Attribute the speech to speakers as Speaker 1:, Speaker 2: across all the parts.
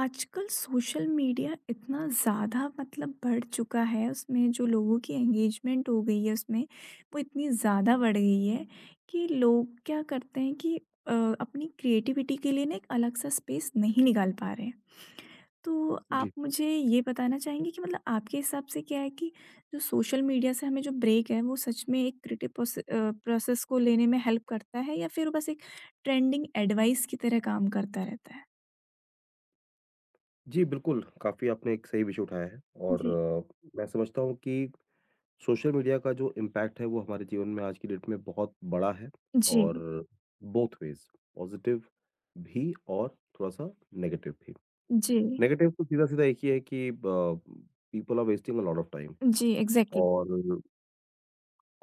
Speaker 1: आजकल social media इतना ज़्यादा मतलब बढ़ चुका है उसमें जो लोगों की एंगेजमेंट हो गई है उसमें वो इतनी ज़्यादा बढ़ गई है कि लोग क्या करते हैं कि अपनी क्रिएटिविटी के लिए ना एक अलग सा स्पेस नहीं निकाल पा रहे हैं। तो आप
Speaker 2: जी।
Speaker 1: मुझे ये बताना चाहेंगे कि मतलब आपके हिसाब से क्या है कि जो सोशल मीडिया से हमें जो ब्रेक है वो सच में एक क्रिएटिव प्रोसेस को लेने में हेल्प करता है या फिर बस एक ट्रेंडिंग एडवाइस की तरह काम करता रहता है।
Speaker 2: जी, बिल्कुल, काफ़ी आपने एक सही विषय उठाया है और
Speaker 1: जी।
Speaker 2: मैं समझता हूँ कि सोशल मीडिया का जो इम्पैक्ट है, वो हमारे जीवन में आज की डेट में बहुत बड़ा है
Speaker 1: जी।
Speaker 2: और बोथ वेज़ पॉज़िटिव भी और थोड़ा-सा नेगेटिव भी।
Speaker 1: जी,
Speaker 2: नेगेटिव तो सीधा-सीधा एक ही है कि ब people are wasting a lot of time
Speaker 1: जी, एग्ज़ैक्टली।
Speaker 2: और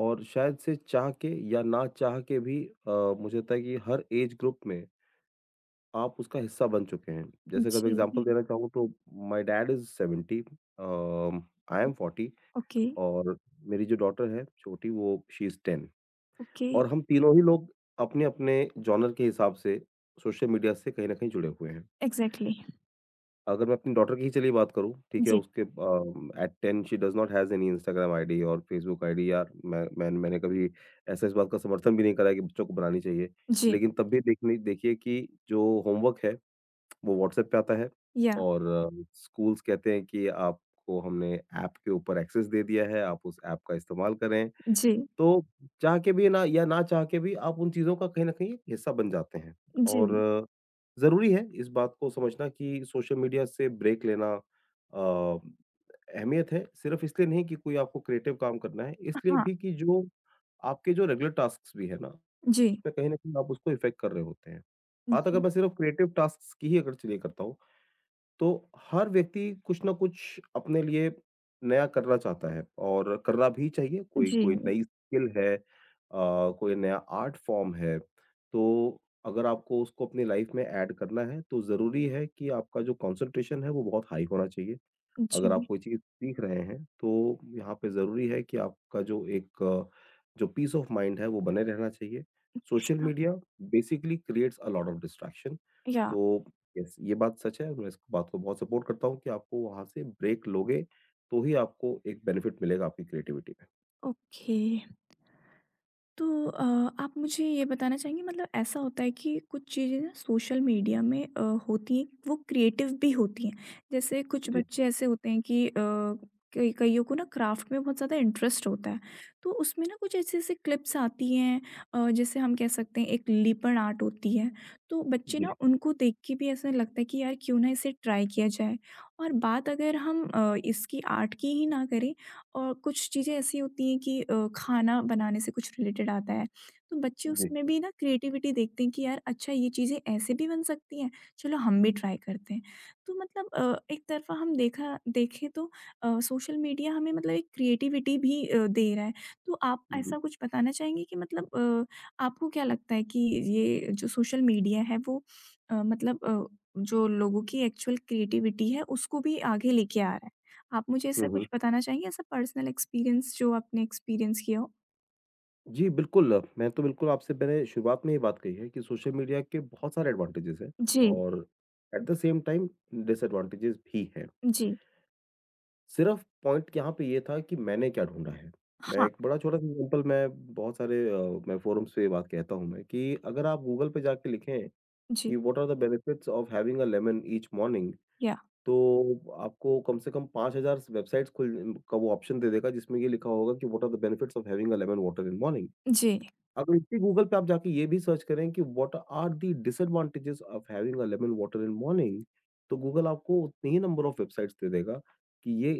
Speaker 2: शायद से चाह के या ना चाह के भी अ, मुझे लगता है कि हर ऐज ग्रुप में आप उसका हिस्सा बन चुके हैं। जैसे अगर मैं एग्ज़ाम्पल
Speaker 1: जी,
Speaker 2: देना चाहूँ तो my dad is 70, um, I am 40
Speaker 1: okay,
Speaker 2: और मेरी जो डॉटर है छोटी, वो शी इज़ 10।
Speaker 1: ओके,
Speaker 2: और हम तीनों ही लोग अपने-अपने जॉनर के हिसाब से सोशल मीडिया से कहीं न कहीं जुड़े हुए हैं।
Speaker 1: एग्ज़ैक्टली।
Speaker 2: अगर मैं अपनी डॉटर की ही चलिए बात करूँ, ठीक है?
Speaker 1: जी,
Speaker 2: उसके at 10 she does not has any Instagram ID और फेसबुक आईडी, या मैंने कभी ऐसा इस बात का समर्थन भी नहीं करा है कि बच्चों को बनानी चाहिए।
Speaker 1: जी,
Speaker 2: लेकिन तब भी देखने देखिए कि जो होमवर्क है वो व्हाट्सएप पे आता है
Speaker 1: या
Speaker 2: और स्कूल्स कहते हैं कि आपको हमने ऐप के ऊपर एक्सेस दे दिया है, आप उस ऐप का इस्तेमाल करें।
Speaker 1: जी,
Speaker 2: तो चाह के भी ना या ना चाह के भी आप उन चीज़ों का कहीं न कहीं हिस्सा बन जाते हैं
Speaker 1: जी,
Speaker 2: और ज़रूरी है इस बात को समझना कि सोशल मीडिया से ब्रेक लेना अ, अहमियत है, सिर्फ़ इसलिए नहीं कि कोई आपको क्रिएटिव काम करना है, इसलिए
Speaker 1: हाँ,
Speaker 2: भी कि जो आपके जो रेगुलर टास्क्स भी है ना,
Speaker 1: जी,
Speaker 2: उसमें कहीं न कहीं आप उसको इफ़ेक्ट कर रहे होते हैं। बात अगर
Speaker 1: जी,
Speaker 2: मैं सिर्फ़ क्रिएटिव टास्क्स की ही अगर चलिए करता हूँ, तो हर व्यक्ति कुछ ना कुछ अपने लिए नया करना चाहता है और करना भी चाहिए। कोई
Speaker 1: जी,
Speaker 2: कोई नई स्किल है, कोई नया आर्ट फॉर्म है। तो अगर आपको उसको अपनी लाइफ़ में ऐड करना है, तो ज़रूरी है कि आपका जो कॉन्संट्रेशन है वो बहुत हाई होना चाहिए। अगर आप
Speaker 1: जी,
Speaker 2: कोई चीज़ सीख रहे हैं, तो यहाँ पे ज़रूरी है कि आपका जो एक जो पीस ऑफ माइंड है, वो बने रहना चाहिए। सोशल
Speaker 1: अच्छा,
Speaker 2: media basically creates a lot of distraction.
Speaker 1: या
Speaker 2: तो यस, ये बात सच है, मैं इस बात को बहुत सपोर्ट करता हूँ कि आपको वहाँ से ब्रेक लोगे, तो ही आपको एक बेनिफिट मिलेगा आपकी क्रिएटिविटी में।
Speaker 1: ओके। तो आप मुझे ये बताना चाहेंगे मतलब ऐसा होता है कि कुछ चीज़ें ना सोशल मीडिया में होती हैं, वो क्रिएटिव भी होती हैं। जैसे कुछ
Speaker 2: जी,
Speaker 1: बच्चे ऐसे होते हैं कि कई कइयों को ना क्राफ्ट में बहुत ज़्यादा इंटरेस्ट होता है, तो उसमें ना कुछ ऐसी-ऐसी क्लिप्स आती हैं जैसे हम कह सकते हैं एक लिपण आर्ट होती है, तो बच्चे
Speaker 2: जी,
Speaker 1: ना उनको देख के भी ऐसा लगता है कि यार क्यों ना इसे ट्राई किया जाए। और बात अगर हम इसकी आर्ट की ही ना करें और कुछ चीज़ें ऐसी होती हैं कि खाना बनाने से कुछ रिलेटेड आता है, तो बच्चे
Speaker 2: जी,
Speaker 1: उसमें भी ना क्रिएटिविटी देखते हैं कि यार अच्छा ये चीज़ें ऐसे भी बन सकती हैं, चलो हम भी ट्राई करते हैं। तो मतलब एक तरफ़ा हम देखा देखें तो सोशल मीडिया हमें मतलब एक क्रिएटिविटी भी दे रहा है। तो आप
Speaker 2: जी।
Speaker 1: ऐसा कुछ बताना चाहेंगे कि मतलब आपको क्या लगता है कि ये जो सोशल मीडिया है वो मतलब जो लोगों की एक्चुअल क्रिएटिविटी है उसको भी आगे लेके आ रहा है? आप मुझे
Speaker 2: हुँ,
Speaker 1: ऐसा
Speaker 2: हुँ।
Speaker 1: कुछ बताना चाहेंगे ऐसा पर्सनल एक्सपीरियंस जो आपने एक्सपीरियंस किया हो?
Speaker 2: जी, बिल्कुल, मैं तो बिल्कुल आपसे मैंने शुरुआत में ये बात कही है कि सोशल मीडिया के बहुत सारे एडवांटेजेज़ हैं
Speaker 1: जी,
Speaker 2: और at the same time disadvantages भी हैं।
Speaker 1: जी।
Speaker 2: सिर्फ पॉइंट यहाँ पे ये था कि मैंने क्या ढूँढा है। मैं
Speaker 1: हाँ,
Speaker 2: एक बड़ा छोटा-सा एग्ज़ाम्पल मैं बहुत सारे मैं फोरम्स पे ये बात कहता हूँ मैं कि अगर आप गूगल पे जाके लिखें
Speaker 1: जी,
Speaker 2: कि what are the benefits of having a lemon each morning,
Speaker 1: या
Speaker 2: तो आपको कम से कम 5000 वेबसाइट्स खुल का वो ऑप्शन दे देगा जिसमें ये लिखा होगा कि what are the benefits of having a lemon water in morning.
Speaker 1: जी,
Speaker 2: अगर इसी गूगल पे आप जाके ये भी सर्च करें कि what are the disadvantages of having a lemon water in morning, तो गूगल आपको उतने ही नंबर ऑफ वेबसाइट्स दे देगा कि ये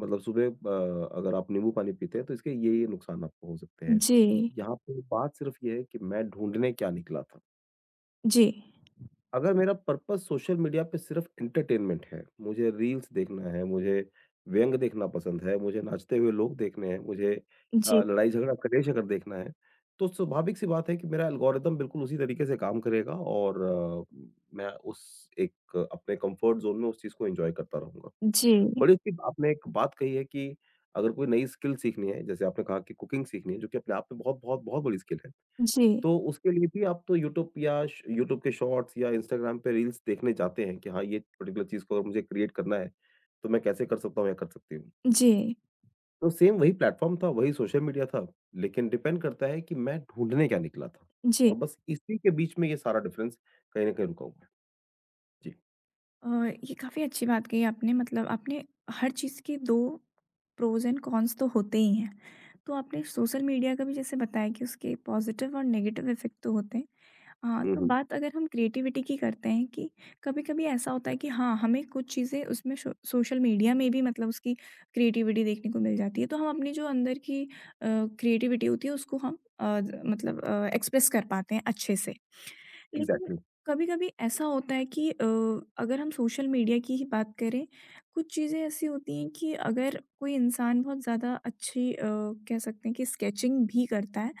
Speaker 2: मतलब सुबह अगर आप नींबू पानी पीते हैं तो इसके ये-ये नुकसान आपको हो सकते हैं।
Speaker 1: जी,
Speaker 2: यहाँ पे बात सिर्फ़ ये है कि मैं ढूँढने क्या निकला था।
Speaker 1: जी,
Speaker 2: अगर मेरा पर्पज़ सोशल मीडिया पे सिर्फ़ एंटरटेनमेंट है, मुझे रील्स देखना है, मुझे व्यंग देखना पसंद है, मुझे नाचते हुए लोग देखने हैं, मुझे
Speaker 1: जी,
Speaker 2: लड़ाई-झगड़ा, कलेश अगर देखना है, तो स्वाभाविक सी बात है कि मेरा एल्गोरिदम बिल्कुल उसी तरीके से काम करेगा और मैं उस एक अपने कम्फ़र्ट ज़ोन में उस चीज़ को एन्जॉय करता रहूँगा।
Speaker 1: जी,
Speaker 2: बड़ी सी आपने एक बात कही है कि अगर कोई नई स्किल सीखनी है, जैसे आपने कहा कि कुकिंग सीखनी है, जो कि अपने आप में बहुत, बहुत, बहुत बड़ी स्किल है।
Speaker 1: जी,
Speaker 2: तो उसके लिए भी आप तो यूट्यूब या श यूट्यूब के शॉर्ट्स या इंस्टाग्राम पे रील्स देखने जाते हैं कि हाँ, ये पर्टिकुलर चीज़ को अगर मुझे क्रिएट करना है, तो मैं कैसे कर सकता हूँ या कर सकती हूँ।
Speaker 1: जी,
Speaker 2: तो सेम वही प्लेटफ़ॉर्म था, वही सोशल मीडिया था, लेकिन डिपेंड करता है कि मैं ढूँढने क्या निकला था। और
Speaker 1: जी।
Speaker 2: बस इसी के बीच में ये सारा डिफरेंस कहीं न कहीं रुका हुआ है। जी।
Speaker 1: अ, ये काफ़ी अच्छी बात कही आपने मतलब आपने हर चीज़ के 2 प्रोज़ एंड कॉन्स तो होते ही हैं। तो आपने सोशल मीडिया का भी जैसे बताया कि उसके पॉज़िटिव और नेगेटिव इफ़ेक्ट तो होते हैं। हाँ,
Speaker 2: हुँ,
Speaker 1: तो
Speaker 2: हुँ।
Speaker 1: बात अगर हम क्रिएटिविटी की करते हैं कि कभी-कभी ऐसा होता है कि हाँ, हमें कुछ चीज़ें उसमें शो सोशल मीडिया में भी मतलब उसकी क्रिएटिविटी देखने को मिल जाती है। तो हम अपनी जो अंदर की क्रिएटिविटी होती है उसको हम एक्सप्रेस कर पाते हैं अच्छे से। लेकिन
Speaker 2: एग्ज़ैक्टली।
Speaker 1: कभी-कभी ऐसा होता है कि अगर हम सोशल मीडिया की ही बात करें, कुछ चीज़ें ऐसी होती हैं कि अगर कोई इंसान बहुत ज़्यादा अच्छी कह सकते हैं कि स्केचिंग भी करता है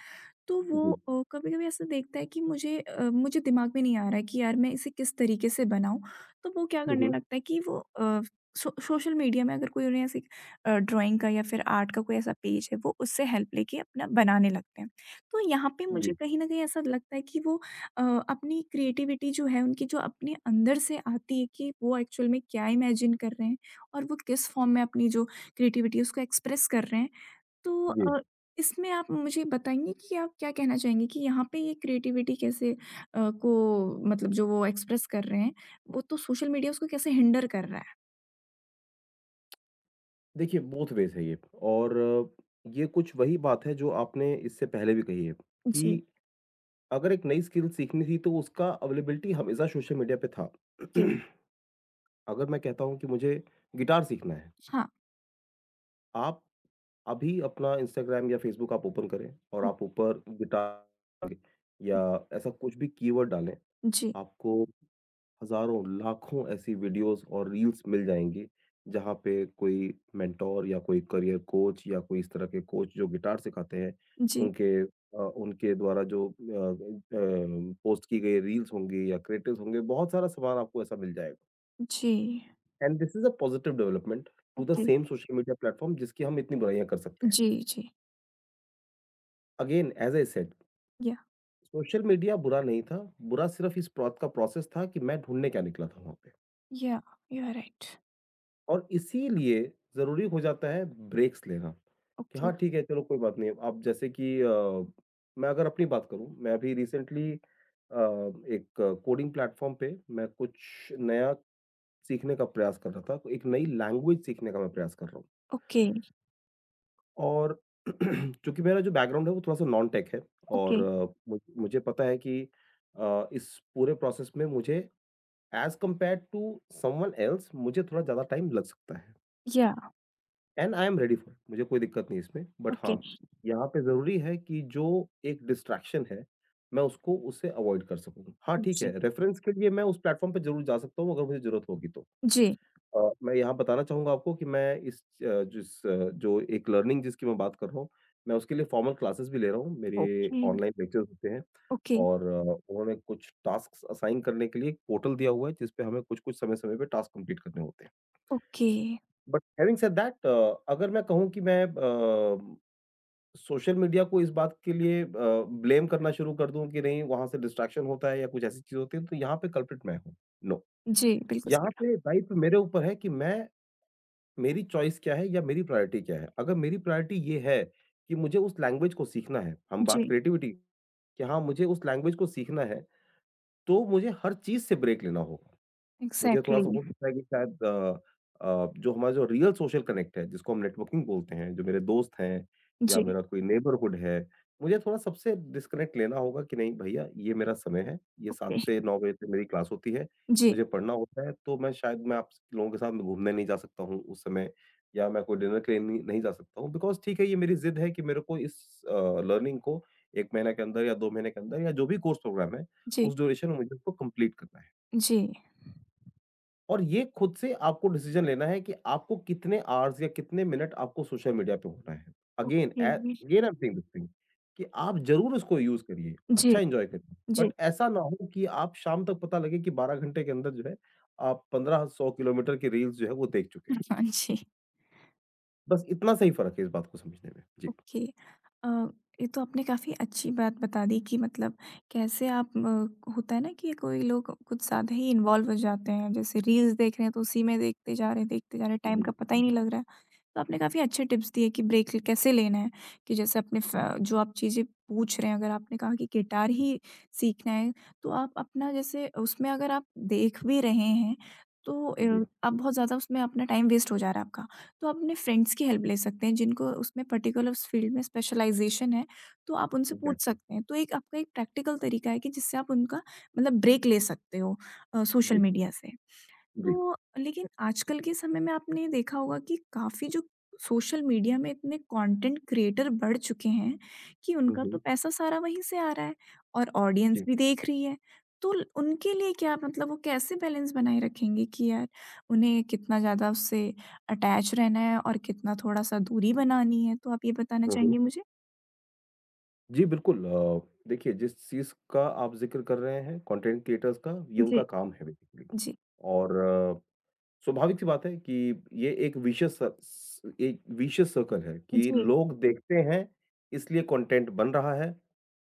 Speaker 1: तो वो
Speaker 2: जी।
Speaker 1: कभी-कभी ऐसा देखता है कि मुझे मुझे दिमाग में नहीं आ रहा है कि यार मैं इसे किस तरीके से बनाऊँ। तो वो क्या
Speaker 2: हुँ,
Speaker 1: करने
Speaker 2: हुँ।
Speaker 1: लगता है कि वो सोशल मीडिया में अगर कोई उन्हें ऐसे ड्राइंग का या फिर आर्ट का कोई ऐसा पेज है, वो उससे हेल्प लेके अपना बनाने लगते हैं। तो यहाँ पे मुझे
Speaker 2: जी,
Speaker 1: कहीं न कहीं ऐसा लगता है कि वो अ, अपनी क्रिएटिविटी जो है, उनकी जो अपने अंदर से आती है कि वो एक्चुअल में क्या इमेजिन कर रहे हैं और वो किस फॉर्म में अपनी जो क्रिएटिविटी है उसको एक्सप्रेस कर रहे हैं। तो
Speaker 2: जी।
Speaker 1: इसमें आप मुझे बताएँगे कि आप क्या कहना चाहेंगे कि यहाँ पे ये क्रिएटिविटी कैसे को मतलब जो वो एक्सप्रेस कर रहे हैं, वो तो सोशल मीडिया उसको कैसे हिंडर कर रहा है?
Speaker 2: देखिए, बोथ वेज़ है ये और ये कुछ वही बात है जो आपने इससे पहले भी कही है
Speaker 1: जी,
Speaker 2: कि अगर एक नई स्किल सीखनी थी तो उसका अवेलेबिलिटी हमेशा सोशल मीडिया पे था।
Speaker 1: ओके,
Speaker 2: अगर मैं कहता हूँ कि मुझे गिटार सीखना है,
Speaker 1: हाँ।
Speaker 2: आप अभी अपना इंस्टाग्राम या फेसबुक आप ओपन करें और आप ऊपर गिटार या ऐसा कुछ भी कीवर्ड डालें,
Speaker 1: जी,
Speaker 2: आपको हज़ारों, लाखों ऐसी वीडियोज़ और रील्स मिल जाएँगी, जहाँ पे कोई मेंटर या कोई करियर कोच या कोई इस तरह के कोच जो गिटार सिखाते हैं,
Speaker 1: जी,
Speaker 2: उनके उनके द्वारा जो पोस्ट की गई रील्स होंगी या क्रिएटिव्स होंगे, बहुत सारा सामान आपको ऐसा मिल जाएगा।
Speaker 1: जी,
Speaker 2: and this is a positive development to the
Speaker 1: okay,
Speaker 2: same social media platform जिसकी हम इतनी बुराइयाँ कर सकते हैं।
Speaker 1: जी, जी,
Speaker 2: again as I said
Speaker 1: yeah,
Speaker 2: social media बुरा नहीं था, बुरा सिर्फ़ इस प्रोत का प्रोसेस था कि मैं ढूँढने क्या निकला था वहाँ पे।
Speaker 1: या, यू आर राइट,
Speaker 2: और इसीलिए ज़रूरी हो जाता है ब्रेक्स लेना, कि हाँ,
Speaker 1: ओके,
Speaker 2: ठीक है, चलो कोई बात नहीं। अब जैसे कि मैं अगर अपनी बात करूँ, मैं अभी रिसेंटली एक कोडिंग प्लेटफ़ॉर्म पे मैं कुछ नया सीखने का प्रयास कर रहा था, तो एक नई लैंग्वेज सीखने का मैं प्रयास कर रहा हूँ
Speaker 1: ओके,
Speaker 2: और चूँकि मेरा जो बैकग्राउंड है वो थोड़ा-सा नॉन टेक है
Speaker 1: ओके,
Speaker 2: और मुझे पता है कि इस पूरे प्रोसेस में मुझे as compared to someone else मुझे थोड़ा ज़्यादा टाइम लग सकता है।
Speaker 1: Yeah,
Speaker 2: and I am ready for it, मुझे कोई दिक्कत नहीं है इसमें, बट
Speaker 1: ओके,
Speaker 2: हाँ, यहाँ पे ज़रूरी है कि जो एक डिस्ट्रैक्शन है, मैं उसको उससे अवॉइड कर सकूँ। हाँ, ठीक
Speaker 1: जी,
Speaker 2: है, रेफ़रेंस के लिए मैं उस प्लेटफ़ॉर्म पे ज़रूर जा सकता हूँ अगर मुझे ज़रूरत होगी तो।
Speaker 1: जी,
Speaker 2: मैं यहाँ बताना चाहूँगा आपको कि मैं इस जो एक लर्निंग जिसकी मैं बात कर रहा हूँ, मैं उसके लिए फॉर्मल क्लासेस भी ले रहा हूँ। मेरे
Speaker 1: ओके,
Speaker 2: ऑनलाइन लेक्चर्स होते हैं
Speaker 1: ओके,
Speaker 2: और उन्होंने कुछ टास्क्स असाइन करने के लिए एक पोर्टल दिया हुआ है, जिस पे हमें कुछ-कुछ समय-समय पे टास्क कंप्लीट करने होते हैं।
Speaker 1: Okay,
Speaker 2: but having said that, अगर मैं कहूँ कि मैं सोशल मीडिया को इस बात के लिए ब्लेम करना शुरू कर दूँ कि नहीं वहाँ से डिस्ट्रैक्शन होता है या कुछ ऐसी चीज़ होती है, तो यहाँ पे कल्प्रिट मैं हूँ। नो,
Speaker 1: जी, बिल्कुल सही
Speaker 2: यहाँ
Speaker 1: कहा।
Speaker 2: पे दायित्व मेरे ऊपर है कि मैं मेरी चॉइस क्या है या मेरी प्रायोरिटी क्या है? अगर मेरी प्रायोरिटी ये है कि मुझे उस लैंग्वेज को सीखना है, हम बात
Speaker 1: जी,
Speaker 2: क्रिएटिविटी कि हाँ, मुझे उस लैंग्वेज को सीखना है, तो मुझे हर चीज़ से ब्रेक लेना होगा। मुझे थोड़ा-सा
Speaker 1: एग्ज़ैक्टली,
Speaker 2: हो सकता है कि शायद जो हमारा जो रियल सोशल कनेक्ट है, जिसको हम नेटवर्किंग बोलते हैं, जो मेरे दोस्त हैं या
Speaker 1: जी,
Speaker 2: मेरा कोई नेबरहुड है, मुझे थोड़ा सबसे डिस्कनेक्ट लेना होगा कि नहीं भैया, ये मेरा समय है, ये
Speaker 1: ओके,
Speaker 2: 7 से 9 बजे तक मेरी क्लास होती है,
Speaker 1: जी,
Speaker 2: मुझे पढ़ना होता है, तो मैं शायद मैं आप लोगों के साथ में घूमने नहीं जा सकता हूँ उस समय, या मैं कोई डिनर के लिए नहीं नहीं जा सकता हूँ, बिकॉज़ ठीक है ये मेरी ज़िद है कि मेरे को इस अ, लर्निंग को 1 महीने के अंदर या 2 महीने के अंदर या जो भी कोर्स प्रोग्राम है,
Speaker 1: जी।
Speaker 2: उस ड्यूरेशन में मुझे उसको कंप्लीट करना है।
Speaker 1: जी,
Speaker 2: और ये खुद से आपको डिसीजन लेना है कि आपको कितने आवर्स या कितने मिनट आपको सोशल मीडिया पे होना है। Again
Speaker 1: okay.
Speaker 2: Uh again I am saying this thing कि आप ज़रूर इसको यूज़ करिए,
Speaker 1: जी,
Speaker 2: अच्छा एन्जॉय करिए।
Speaker 1: जी।
Speaker 2: बट ऐसा ना हो कि आप शाम तक पता लगे कि 12 घंटे के अंदर जो है, आप 1500 किलोमीटर की रील्स जो है वो देख चुके हैं।
Speaker 1: हाँ, जी।
Speaker 2: बस इतना सा ही फ़र्क है इस बात को समझने में। जी।
Speaker 1: ओके। अ, ये तो आपने काफ़ी अच्छी बात बता दी कि मतलब कैसे आप होता है ना कि कोई लोग कुछ ज़्यादा ही इन्वॉल्व हो जाते हैं जैसे रील्स देख रहे हैं तो उसी में देखते जा रहे हैं देखते जा रहे हैं टाइम
Speaker 2: जी,
Speaker 1: का पता ही नहीं
Speaker 2: जी,
Speaker 1: लग रहा है। तो आपने काफ़ी अच्छे टिप्स दिए कि ब्रेक कैसे लेना है कि जैसे जो आप चीज़ें पूछ रहे हैं अगर आपने कहा कि गिटार ही सीखना है तो आप अपना जैसे उसमें अगर आप देख भी रहे हैं तो
Speaker 2: जी,
Speaker 1: आप बहुत ज़्यादा उसमें अपना टाइम वेस्ट हो जा रहा है आपका। तो आप अपने फ्रेंड्स की हेल्प ले सकते हैं जिनको उसमें पर्टिकुलर उस फील्ड में स्पेशलाइजेशन है, तो आप उनसे पूछ
Speaker 2: एग्ज़ैक्टली।
Speaker 1: सकते हैं। तो एक आपका एक प्रैक्टिकल तरीका है कि जिससे आप उनका मतलब ब्रेक ले सकते हो सोशल
Speaker 2: जी,
Speaker 1: मीडिया से।
Speaker 2: जी।
Speaker 1: तो लेकिन आजकल के समय में आपने देखा होगा कि काफ़ी जो सोशल मीडिया में इतने कंटेंट क्रिएटर बढ़ चुके हैं कि
Speaker 2: हुँ,
Speaker 1: उनका तो
Speaker 2: हुँ।
Speaker 1: पैसा सारा वहीं से आ रहा है और ऑडियंस
Speaker 2: जी,
Speaker 1: भी देख रही है। तो ल उनके लिए क्या मतलब वो कैसे बैलेंस बनाए रखेंगे कि यार उन्हें कितना ज़्यादा उससे अटैच रहना है और कितना थोड़ा-सा दूरी बनानी है? तो आप ये बताना
Speaker 2: हुँ, हुँ।
Speaker 1: चाहेंगे मुझे?
Speaker 2: जी, बिल्कुल देखिए जिस चीज़ का आप ज़िक्र कर रहे हैं कंटेंट क्रिएटर्स का, ये उनका
Speaker 1: जी,
Speaker 2: काम है बेसिकली
Speaker 1: जी,
Speaker 2: और स्वाभाविक-सी बात है कि ये एक विशेष स स एक विशेष सर्कल है कि
Speaker 1: जी,
Speaker 2: लोग देखते हैं, इसलिए कंटेंट बन रहा है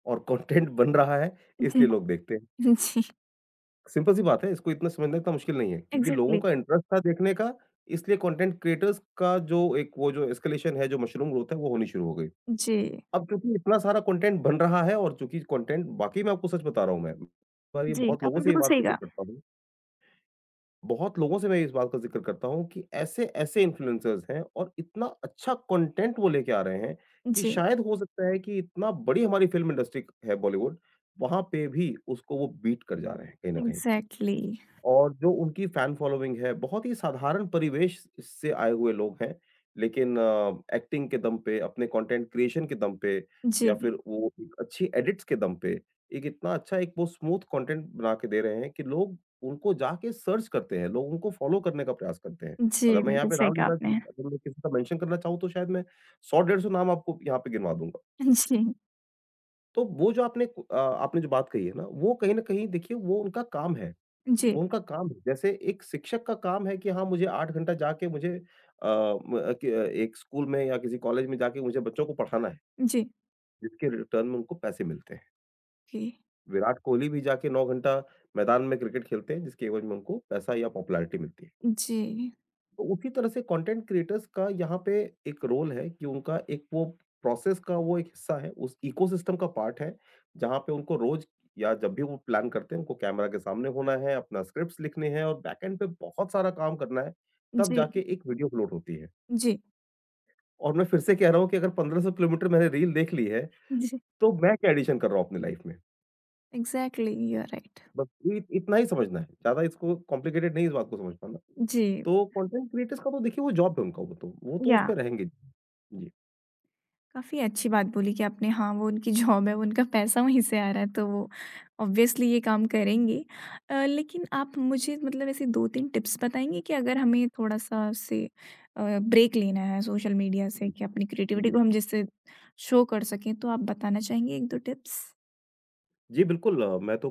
Speaker 2: और कंटेंट बन रहा है,
Speaker 1: जी,
Speaker 2: इसलिए लोग देखते हैं।
Speaker 1: जी,
Speaker 2: सिंपल सी बात है, इसको इतना समझना इतना मुश्किल नहीं है क्योंकि लोगों
Speaker 1: एग्ज़ैक्टली।
Speaker 2: का इंटरेस्ट था देखने का, इसलिए कंटेंट क्रिएटर्स का जो एक वो जो एस्केलेशन है, जो मशरूम ग्रोथ है, वो होनी शुरू हो गई।
Speaker 1: जी,
Speaker 2: अब क्योंकि इतना सारा कंटेंट बन रहा है और चूँकि कंटेंट बाकी मैं आपको सच बता रहा हूँ पर ये
Speaker 1: जी,
Speaker 2: बहुत लोगों
Speaker 1: आपने
Speaker 2: से ये
Speaker 1: बिल्कुल
Speaker 2: बात
Speaker 1: सही
Speaker 2: ज़िक्र
Speaker 1: कहा।
Speaker 2: करता हूँ। बहुत लोगों से मैं इस बात का ज़िक्र करता हूँ कि ऐसे-ऐसे इन्फ्लुएंसर्स हैं और इतना अच्छा कंटेंट वो लेके आ रहे हैं कि
Speaker 1: जी,
Speaker 2: शायद हो सकता है कि इतना बड़ी हमारी फ़िल्म इंडस्ट्री है बॉलीवुड, वहाँ पे भी उसको वो बीट कर जा रहे हैं कहीं न कहीं।
Speaker 1: एग्ज़ैक्टली।
Speaker 2: और जो उनकी फैन फॉलोइंग है, बहुत ही साधारण परिवेश से आए हुए लोग हैं, लेकिन एक्टिंग के दम पे, अपने कंटेंट क्रिएशन के दम पे या
Speaker 1: जी,
Speaker 2: फिर वो एक अच्छी एडिट्स के दम पे, एक इतना अच्छा एक वो स्मूथ कंटेंट बना के दे रहे हैं कि लोग उनको जाके सर्च करते हैं, लोग उनको फॉलो करने का प्रयास करते हैं।
Speaker 1: जी,
Speaker 2: अगर मैं यहाँ
Speaker 1: बिल्कुल
Speaker 2: पे
Speaker 1: सही
Speaker 2: नाम
Speaker 1: कहा
Speaker 2: लेना
Speaker 1: आपने।
Speaker 2: अगर मैं किसी का मेंशन करना चाहूँ तो शायद मैं 100 डेढ़ 100 नाम आपको यहाँ पे गिनवा दूँगा।
Speaker 1: जी,
Speaker 2: तो वो जो आपने जो बात कही है ना, वो कहीं न कहीं देखिए वो उनका काम है।
Speaker 1: जी,
Speaker 2: वो उनका काम है। जैसे एक शिक्षक का काम है कि हाँ, मुझे 8 घंटा जाके मुझे अ, म अ, क एक स्कूल में या किसी कॉलेज में जाके मुझे बच्चों को पढ़ाना है,
Speaker 1: जी,
Speaker 2: जिसके रिटर्न में उनको पैसे मिलते हैं।
Speaker 1: जी,
Speaker 2: विराट कोहली भी जाके 9 घंटा मैदान में क्रिकेट खेलते हैं, जिसके एवज में उनको पैसा या पॉपुलैरिटी मिलती है।
Speaker 1: जी,
Speaker 2: तो उसी तरह से कंटेंट क्रिएटर्स का यहाँ पे एक रोल है कि उनका एक वो प्रोसेस का वो एक हिस्सा है, उस इकोसिस्टम का पार्ट है, जहाँ पे उनको रोज़ या जब भी वो प्लान करते हैं, उनको कैमरा के सामने होना है, अपना स्क्रिप्ट्स लिखने हैं और बैकएंड पे बहुत सारा काम करना है, तब जाके
Speaker 1: जी,
Speaker 2: एक वीडियो अपलोड होती है।
Speaker 1: जी,
Speaker 2: और मैं फिर से कह रहा हूँ कि अगर 1500 किलोमीटर मैंने रील देख ली है,
Speaker 1: जी,
Speaker 2: तो मैं क्या एडिशन कर रहा हूँ अपनी लाइफ में?
Speaker 1: Exactly you are right.
Speaker 2: बस इत इतना ही समझना है, ज़्यादा इसको कॉम्प्लिकेटेड नहीं इस बात को समझ पाना।
Speaker 1: जी,
Speaker 2: तो कंटेंट क्रिएटर्स का तो देखिए वो जॉब है उनका वो तो उस
Speaker 1: या
Speaker 2: पे रहेंगे। जी।
Speaker 1: काफ़ी अच्छी बात बोली कि आपने हाँ, वो उनकी जॉब है, वो उनका पैसा वहीं से आ रहा है तो वो ऑब्वियसली ये काम करेंगे। लेकिन आप मुझे मतलब ऐसे 2-3 टिप्स बताएँगे कि अगर हमें थोड़ा-सा उससे ब्रेक लेना है सोशल मीडिया से
Speaker 2: जी
Speaker 1: कि अपनी क्रिएटिविटी
Speaker 2: जी।
Speaker 1: को हम जिससे शो कर सकें, तो आप बताना चाहेंगे 1-2 टिप्स?
Speaker 2: जी, बिल्कुल मैं तो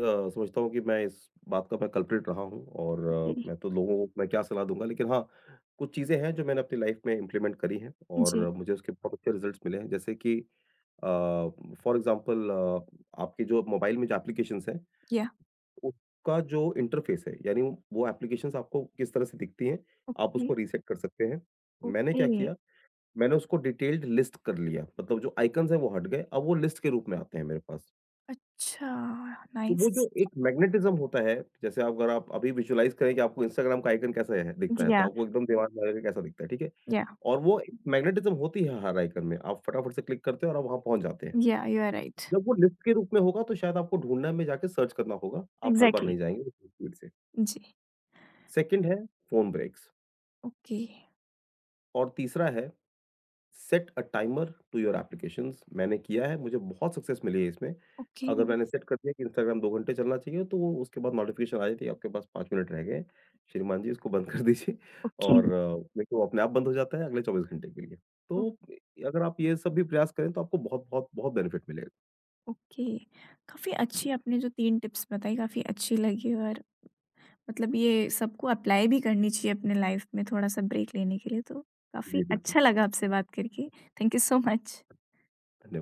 Speaker 2: समझता हूँ कि मैं इस बात का मैं कल्प्रिट रहा हूँ और
Speaker 1: जी,
Speaker 2: मैं तो लोगों को मैं क्या सलाह दूँगा लेकिन हाँ, कुछ चीज़ें हैं जो मैंने अपनी लाइफ़ में इम्प्लीमेंट करी हैं और
Speaker 1: जी।
Speaker 2: मुझे उसके बहुत अच्छे रिज़ल्ट्स मिले हैं। जैसे कि फॉर एग्ज़ाम्पल आपके जो मोबाइल में जो एप्लीकेशंस हैं,
Speaker 1: Yeah.
Speaker 2: उसका जो इंटरफ़ेस है, यानी वो एप्लीकेशंस आपको किस तरह से दिखती हैं, आप उसको
Speaker 1: Okay.
Speaker 2: रीसेट कर सकते हैं। मैंने क्या
Speaker 1: Okay.
Speaker 2: किया, मैंने उसको डिटेल्ड लिस्ट कर लिया, मतलब जो आइकन्स हैं वो हट गए, अब वो लिस्ट के रूप में आते हैं मेरे पास।
Speaker 1: अच्छा।
Speaker 2: तो वो
Speaker 1: नाइस।
Speaker 2: जो एक मैग्नेटिज़्म होता है, जैसे आप अगर आप अभी विजुअलाइज़ करें कि आपको इंस्टाग्राम का आइकन कैसा है दिखता है, तो
Speaker 1: या
Speaker 2: आपको एकदम दिमाग में आएगा कि कैसा दिखता है, ठीक है?
Speaker 1: या
Speaker 2: और वो एक मैग्नेटिज़्म होती है हर आइकन में, आप फटाफट से क्लिक करते हैं और आप वहाँ पहुँच जाते हैं।
Speaker 1: या, यू आर राइट,
Speaker 2: जब वो लिस्ट के रूप में होगा तो शायद आपको ढूँढने में जाके सर्च करना होगा, आप हर बार
Speaker 1: एग्जैक्टली,
Speaker 2: नहीं जाएँगे उतनी स्पीड से।
Speaker 1: जी,
Speaker 2: 2nd है फ़ोन ब्रेक्स,
Speaker 1: ओके,
Speaker 2: और तीसरा है set a timer to your applications. मैंने किया है, मुझे बहुत सक्सेस मिली है इसमें।
Speaker 1: ओके,
Speaker 2: अगर मैंने सेट कर दिया कि इंस्टाग्राम 2 घंटे चलना चाहिए, तो वो उसके बाद नोटिफ़िकेशन आ जाती है, आपके पास 5 मिनट रह गए हैं, श्रीमान जी इसको बंद कर दीजिए।
Speaker 1: ओके,
Speaker 2: और देखिए वो अपने आप बंद हो जाता है अगले 24 घंटे के लिए।
Speaker 1: ओ-
Speaker 2: तो अगर आप ये सब भी प्रयास करें तो आपको बहुत-बहुत बहुत बहुत बेनिफिट मिलेगा।
Speaker 1: ओके। काफ़ी
Speaker 2: जी,
Speaker 1: अच्छी आपने जो तीन टिप्स बताई काफ़ी अच्छी लगी और मतलब ये सबको अप्लाई भी करनी चाहिए अपने लाइफ में थोड़ा सा ब्रेक लेने के लिए तो काफ़ी
Speaker 2: जी बिल्कुल,
Speaker 1: अच्छा लगा आपसे बात करके। Thank you so much.
Speaker 2: धन्यवाद।